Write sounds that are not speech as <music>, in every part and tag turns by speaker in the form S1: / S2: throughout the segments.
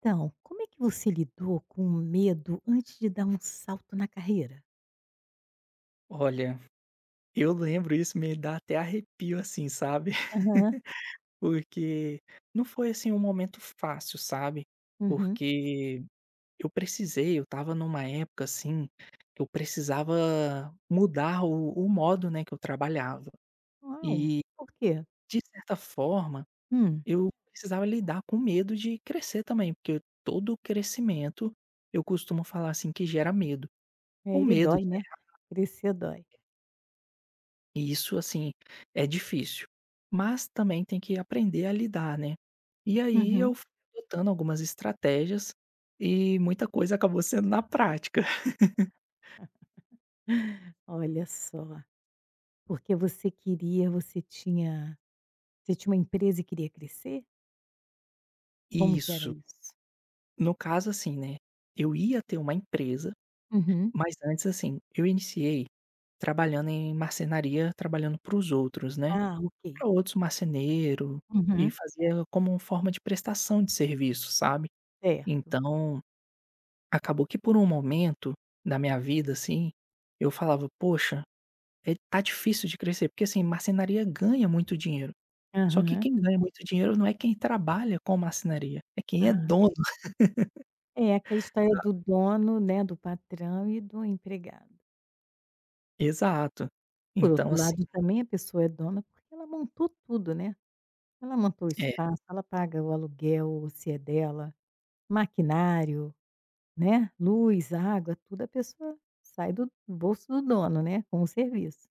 S1: Então, como é que você lidou com o medo antes de dar um salto na carreira?
S2: Olha, eu lembro, isso me dá até arrepio, assim, sabe.
S1: Aham,
S2: <laughs> Porque não foi, assim, um momento fácil, sabe.
S1: uhum.
S2: Porque eu estava numa época, assim, que eu precisava mudar o modo, né, que eu trabalhava.
S1: Uau!
S2: E,
S1: Por quê?
S2: de certa forma,
S1: Hum.
S2: eu precisava lidar com medo de crescer também, porque todo crescimento, eu costumo falar, assim, que gera medo.
S1: É,
S2: O
S1: ele
S2: medo
S1: dói, né? Crescer dói.
S2: E isso, assim, é difícil, mas também tem que aprender a lidar, né. E aí
S1: Uhum.
S2: eu fui adotando algumas estratégias e muita coisa acabou sendo na prática.
S1: Olha só, porque você tinha uma empresa e queria crescer? Como que era
S2: Isso.
S1: isso?
S2: No caso, assim, né, eu ia ter uma empresa,
S1: Uhum.
S2: mas antes, assim, eu iniciei trabalhando em marcenaria, trabalhando para os outros, né,
S1: Ah, ok.
S2: para outros marceneiro, e
S1: Uhum.
S2: fazia como uma forma de prestação de serviço, sabe.
S1: Certo.
S2: Então Acabou que, por um momento da minha vida, assim, eu falava: "Poxa, é, tá difícil de crescer", porque, assim, marcenaria ganha muito dinheiro, só que
S1: Aham.
S2: quem ganha muito dinheiro não é quem trabalha com marcenaria, é quem é
S1: Ah,
S2: dono,
S1: é aquela história do dono, né, do patrão e do empregado.
S2: exato.
S1: Por
S2: Então,
S1: outro
S2: assim,
S1: lado também a pessoa é dona porque ela montou tudo, né? Ela montou o
S2: é,
S1: espaço, ela paga o aluguel, se é dela, maquinário, né, luz, água, tudo a pessoa sai do bolso do dono, né, com o serviço.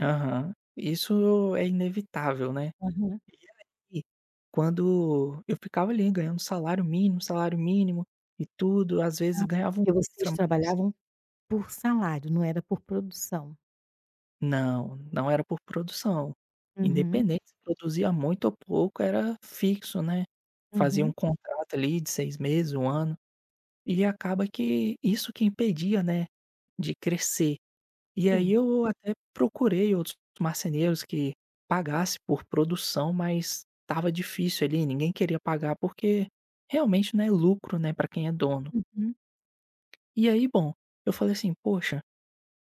S2: aham, isso é inevitável, né.
S1: Aham.
S2: E quando eu ficava ali ganhando salário mínimo e tudo, às vezes
S1: "Ah,
S2: ganhava um
S1: porque vocês
S2: extra mais.
S1: trabalhavam por salário, não era por produção".
S2: Não, não era por produção.
S1: Uhum,
S2: Independente se produzia muito ou pouco, era fixo, né. Fazia
S1: uhum.
S2: um contrato ali de 6 meses, um ano, e acaba que isso que impedia, né, de crescer. E aí
S1: Sim.
S2: eu até procurei outros marceneiros que pagasse por produção, mas estava difícil ali, ninguém queria pagar, porque realmente não é lucro, né, para quem é dono.
S1: Uhum.
S2: E aí, bom, eu falei assim: "Poxa,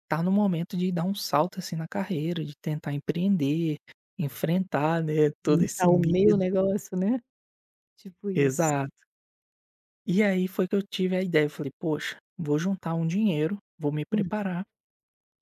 S2: tá no momento de dar um salto, assim, na carreira, de tentar empreender, enfrentar, né, todo esse
S1: Montar o meu
S2: medo".
S1: negócio, né, tipo isso.
S2: Exato. E aí foi que eu tive a ideia, eu falei: "Poxa, vou juntar um dinheiro, vou me
S1: Hum.
S2: preparar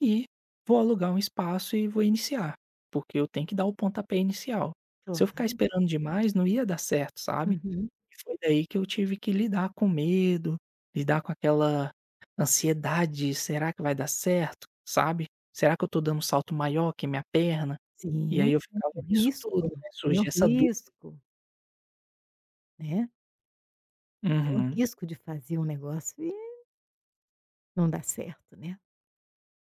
S2: e vou alugar um espaço e vou iniciar, porque eu tenho que dar o pontapé inicial. Se eu ficar
S1: Claro.
S2: esperando demais, não ia dar certo", sabe.
S1: Uhum.
S2: E foi daí que eu tive que lidar com medo, lidar com aquela ansiedade: "Será que vai dar certo?", sabe. "Será que eu tô dando um salto maior que minha perna?" E
S1: Sim,
S2: aí eu ficava nisso tudo, né,
S1: tem o
S2: surgia essa dú.
S1: risco, né, tem o
S2: Uhum,
S1: risco de fazer um negócio e não dar certo, né.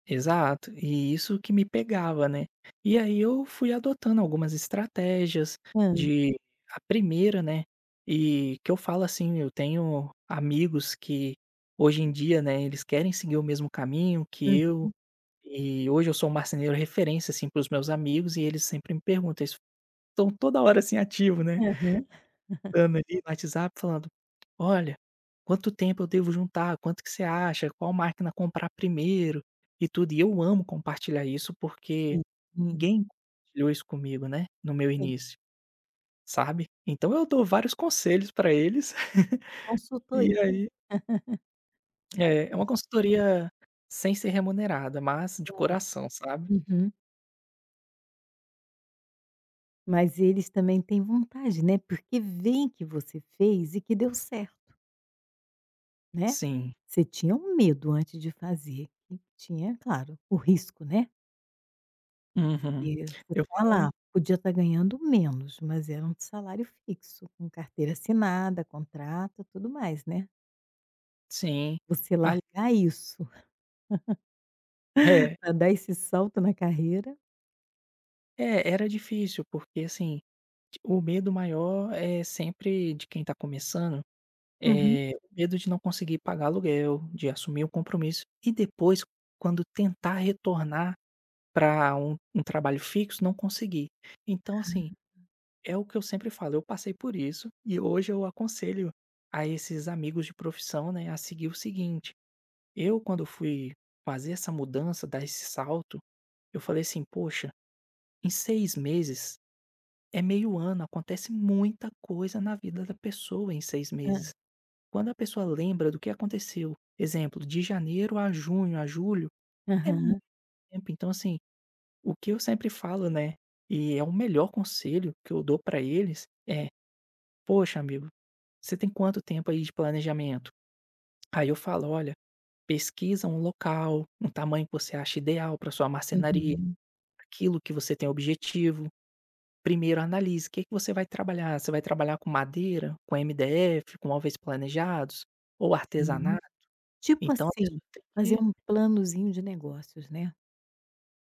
S2: exato. E isso que me pegava, né. E aí eu fui adotando algumas estratégias,
S1: Hã,
S2: de, a primeira, né, e que eu falo assim, eu tenho amigos que hoje em dia, né, eles querem seguir o mesmo caminho que
S1: hum,
S2: eu, e hoje eu sou um marceneiro referência, assim, para os meus amigos e eles sempre me perguntam, eles estão toda hora, assim, ativo, né.
S1: aham,
S2: Postando ali no WhatsApp, falando: "Olha, quanto tempo eu devo juntar? Quanto que você acha? Qual máquina comprar primeiro?" E tudo. E eu amo compartilhar isso, porque
S1: sim, sim,
S2: ninguém compartilhou isso comigo, né, no meu
S1: tem
S2: início, sabe. Então eu dou vários conselhos para eles, <laughs>
S1: consultoria.
S2: e aí é, é uma consultoria sem ser remunerada, mas de coração, sabe.
S1: Uhum. Mas eles também têm vontade, né, porque veem que você fez e que deu certo, né.
S2: Sim.
S1: Você tinha um medo antes de fazer, e tinha, claro, o risco, né,
S2: Uhum.
S1: porque você
S2: Eu
S1: tá
S2: falo,
S1: lá, podia estar ganhando menos, mas era um salário fixo, com carteira assinada, contrato, tudo mais, né.
S2: sim.
S1: Você
S2: Ali
S1: largar isso
S2: é,
S1: pra dar esse salto na carreira.
S2: é, era difícil, porque assim, o medo maior é sempre de quem está começando,
S1: Uhum.
S2: é o medo de não conseguir pagar aluguel, de assumir o compromisso e depois, quando tentar retornar para um trabalho fixo, não conseguir. Então, assim, é o que eu sempre falo, eu passei por isso e hoje eu aconselho a esses amigos de profissão, né, a seguir o seguinte: eu, quando fui fazer essa mudança, dar esse salto, eu falei assim: "Poxa, em 6 meses, é meio ano, acontece muita coisa na vida da pessoa em 6
S1: Hã.
S2: meses. Quando a pessoa lembra do que aconteceu, exemplo, de janeiro a junho, a julho, é muito
S1: Aham,
S2: tempo. Então, assim, o que eu sempre falo, né, e é o melhor conselho que eu dou pra eles é: Poxa, amigo, você tem quanto tempo aí de planejamento?". Aí eu falo: "Olha, pesquisa um local, um tamanho que você acha ideal para sua marcenaria,
S1: uhum,
S2: aquilo que você tem objetivo. Primeiro analise o que que você vai trabalhar. Você vai trabalhar com madeira, com MDF, com móveis planejados ou
S1: sim.
S2: artesanato?"
S1: Tipo
S2: Então a
S1: assim,
S2: pessoa tem
S1: fazer
S2: que,
S1: um planozinho de negócios, né.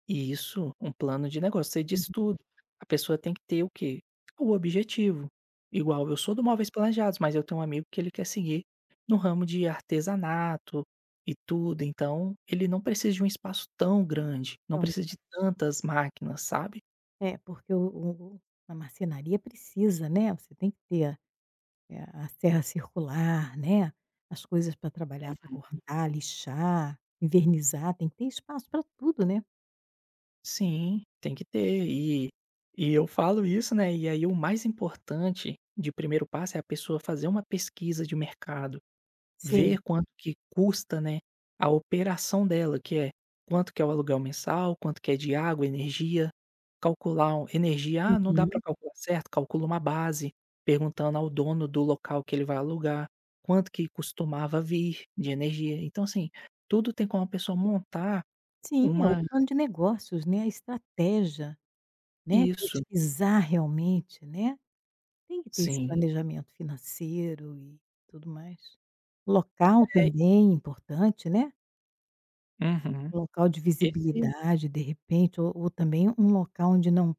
S2: isso, um plano de negócio, você
S1: Uhum.
S2: disse tudo. A pessoa tem que ter o quê? O objetivo. Igual, eu sou do móveis planejados, mas eu tenho um amigo que ele quer seguir no ramo de artesanato e tudo, então ele não precisa de um espaço tão grande, não
S1: Então
S2: precisa de tantas máquinas, sabe?
S1: é, é, porque o a marcenaria precisa, né, você tem que ter, a serra circular, né, as coisas pra trabalhar, pra cortar, lixar, envernizar, tem que ter espaço pra tudo, né.
S2: Sim, tem que ter. E eu falo isso, né, e aí o mais importante de primeiro passo é a pessoa fazer uma pesquisa de mercado,
S1: Sim.
S2: ver quanto que custa, né, a operação dela, que é quanto que é o aluguel mensal, quanto que é de água, energia, calcular o energia, ah, não dá para
S1: Uhum.
S2: calcular certo, calcula uma base, perguntando ao dono do local que ele vai alugar, quanto que costumava vir de energia. Então, assim, tudo tem como a pessoa montar
S1: Sim, é o
S2: uma,
S1: plano de negócios, né, a estratégia, né,
S2: isso,
S1: pesquisar realmente, né. Tem que ter esse
S2: sim.
S1: planejamento financeiro e tudo mais. Local
S2: É.
S1: também importante, né.
S2: Uhum.
S1: Local de
S2: Esse,
S1: visibilidade, de repente, ou também um local onde não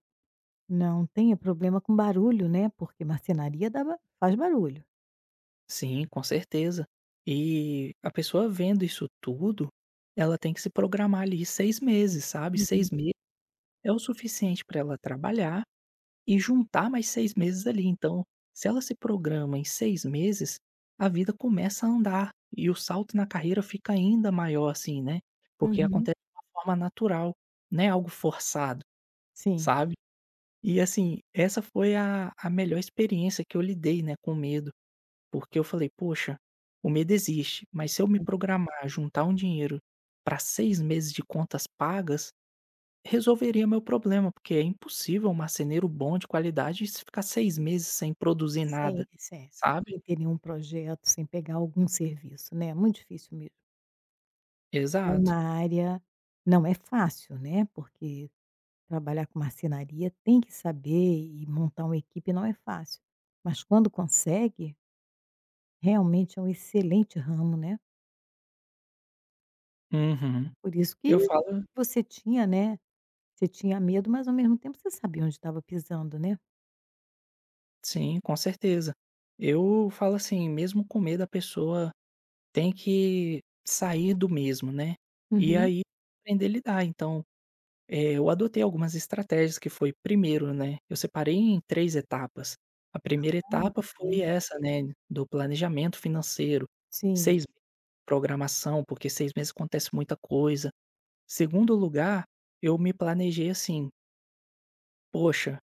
S1: não tenha problema com barulho, né, porque marcenaria dá ba faz barulho.
S2: sim, com certeza. E a pessoa vendo isso tudo, ela tem que se programar ali 6 meses, sabe.
S1: Uhum,
S2: Seis meses é o suficiente para ela trabalhar e juntar mais 6 meses ali. Então, se ela se programa em 6 meses, a vida começa a andar e o salto na carreira fica ainda maior, assim, né, porque
S1: uhum.
S2: acontece de uma forma natural, não é algo forçado,
S1: Sim,
S2: sabe. E assim, essa foi a melhor experiência que eu lidei, né, com medo. Porque eu falei: "Poxa, o medo existe, mas se eu me
S1: sim.
S2: programar, juntar um dinheiro para 6 meses de contas pagas, resolveria meu problema", porque é impossível um marceneiro bom, de qualidade, se ficar 6 meses sem produzir nada,
S1: sem sem
S2: sabe?
S1: sem ter nenhum projeto, sem pegar algum serviço, né, é muito difícil mesmo. É
S2: Exato.
S1: uma área não é fácil, né, porque trabalhar com marcenaria tem que saber e montar uma equipe não é fácil, mas quando consegue, realmente é um excelente ramo, né.
S2: Uhum.
S1: Por isso que
S2: Eu falo,
S1: você tinha, né, você tinha medo, mas ao mesmo tempo você sabia onde estava pisando, né.
S2: sim, com certeza. Eu falo assim, mesmo com medo a pessoa tem que sair do mesmo, né, e
S1: Uhum.
S2: aí aprender a lidar. Eu adotei algumas estratégias, que foi primeiro, né, eu separei em 3 etapas. A primeira
S1: Ah, ok.
S2: etapa foi essa, né, do planejamento financeiro,
S1: Sim,
S2: 6, programação, porque 6 meses acontece muita coisa. Segundo lugar, eu me planejei assim: "Poxa,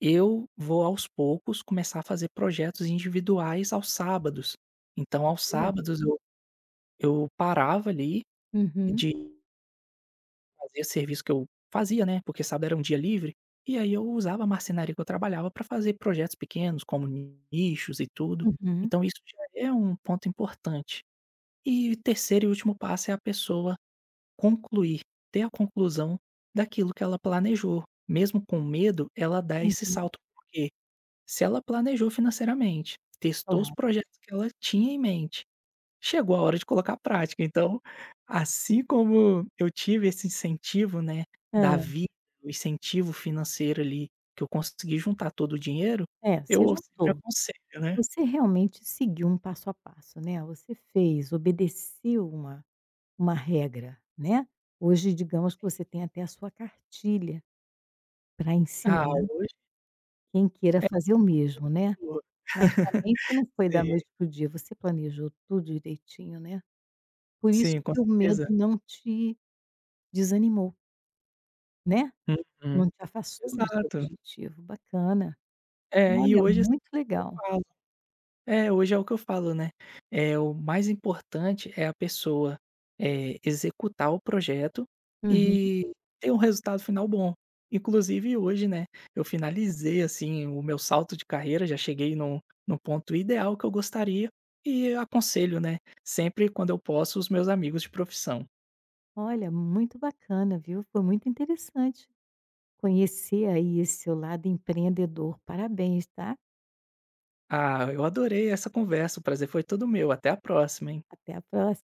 S2: eu vou aos poucos começar a fazer projetos individuais aos sábados". Então, aos
S1: olha.
S2: sábados eu parava ali
S1: Uhum.
S2: de fazia serviço que eu fazia, né, porque sábado era um dia livre, e aí eu usava a marcenaria que eu trabalhava para fazer projetos pequenos, como nichos e tudo.
S1: Uhum,
S2: Então isso já é um ponto importante. E o terceiro e último passo é a pessoa concluir, ter a conclusão daquilo que ela planejou. Mesmo com medo, ela dá esse
S1: uhum,
S2: salto, porque se ela planejou financeiramente, testou os
S1: claro.
S2: projetos que ela tinha em mente, chegou a hora de colocar a prática. Então, assim como eu tive esse incentivo, né,
S1: Hã.
S2: da vida, o incentivo financeiro ali, que eu consegui juntar todo o dinheiro,
S1: É, você
S2: eu sempre
S1: juntou.
S2: aconselho, né.
S1: Você realmente seguiu um passo a passo, né, você fez, obedeceu uma regra, né. Hoje, digamos que você tem até a sua cartilha para
S2: Ah,
S1: ensinar
S2: hoje,
S1: quem queira fazer o mesmo, né.
S2: pô,
S1: Mas realmente não foi da
S2: sim,
S1: noite para o dia, você planejou tudo direitinho, né. Por isso
S2: sim, com
S1: que o medo
S2: certeza.
S1: não te desanimou, né.
S2: Uhum.
S1: Não te afastou do seu
S2: Exato.
S1: objetivo, bacana.
S2: É, e
S1: Olha,
S2: hoje é assim,
S1: muito
S2: eu
S1: legal.
S2: falo é, hoje é o que eu falo, né, é, o mais importante é a pessoa, executar o projeto
S1: Uhum.
S2: e ter um resultado final bom. Inclusive hoje, né, eu finalizei, assim, o meu salto de carreira, já cheguei no no ponto ideal que eu gostaria, e eu aconselho, né, sempre quando eu posso, os meus amigos de profissão.
S1: Olha, muito bacana, viu. Foi muito interessante conhecer aí esse seu lado empreendedor. Parabéns, tá.
S2: Ah, eu adorei essa conversa, o prazer foi todo meu, até a próxima, hein.
S1: Até a pró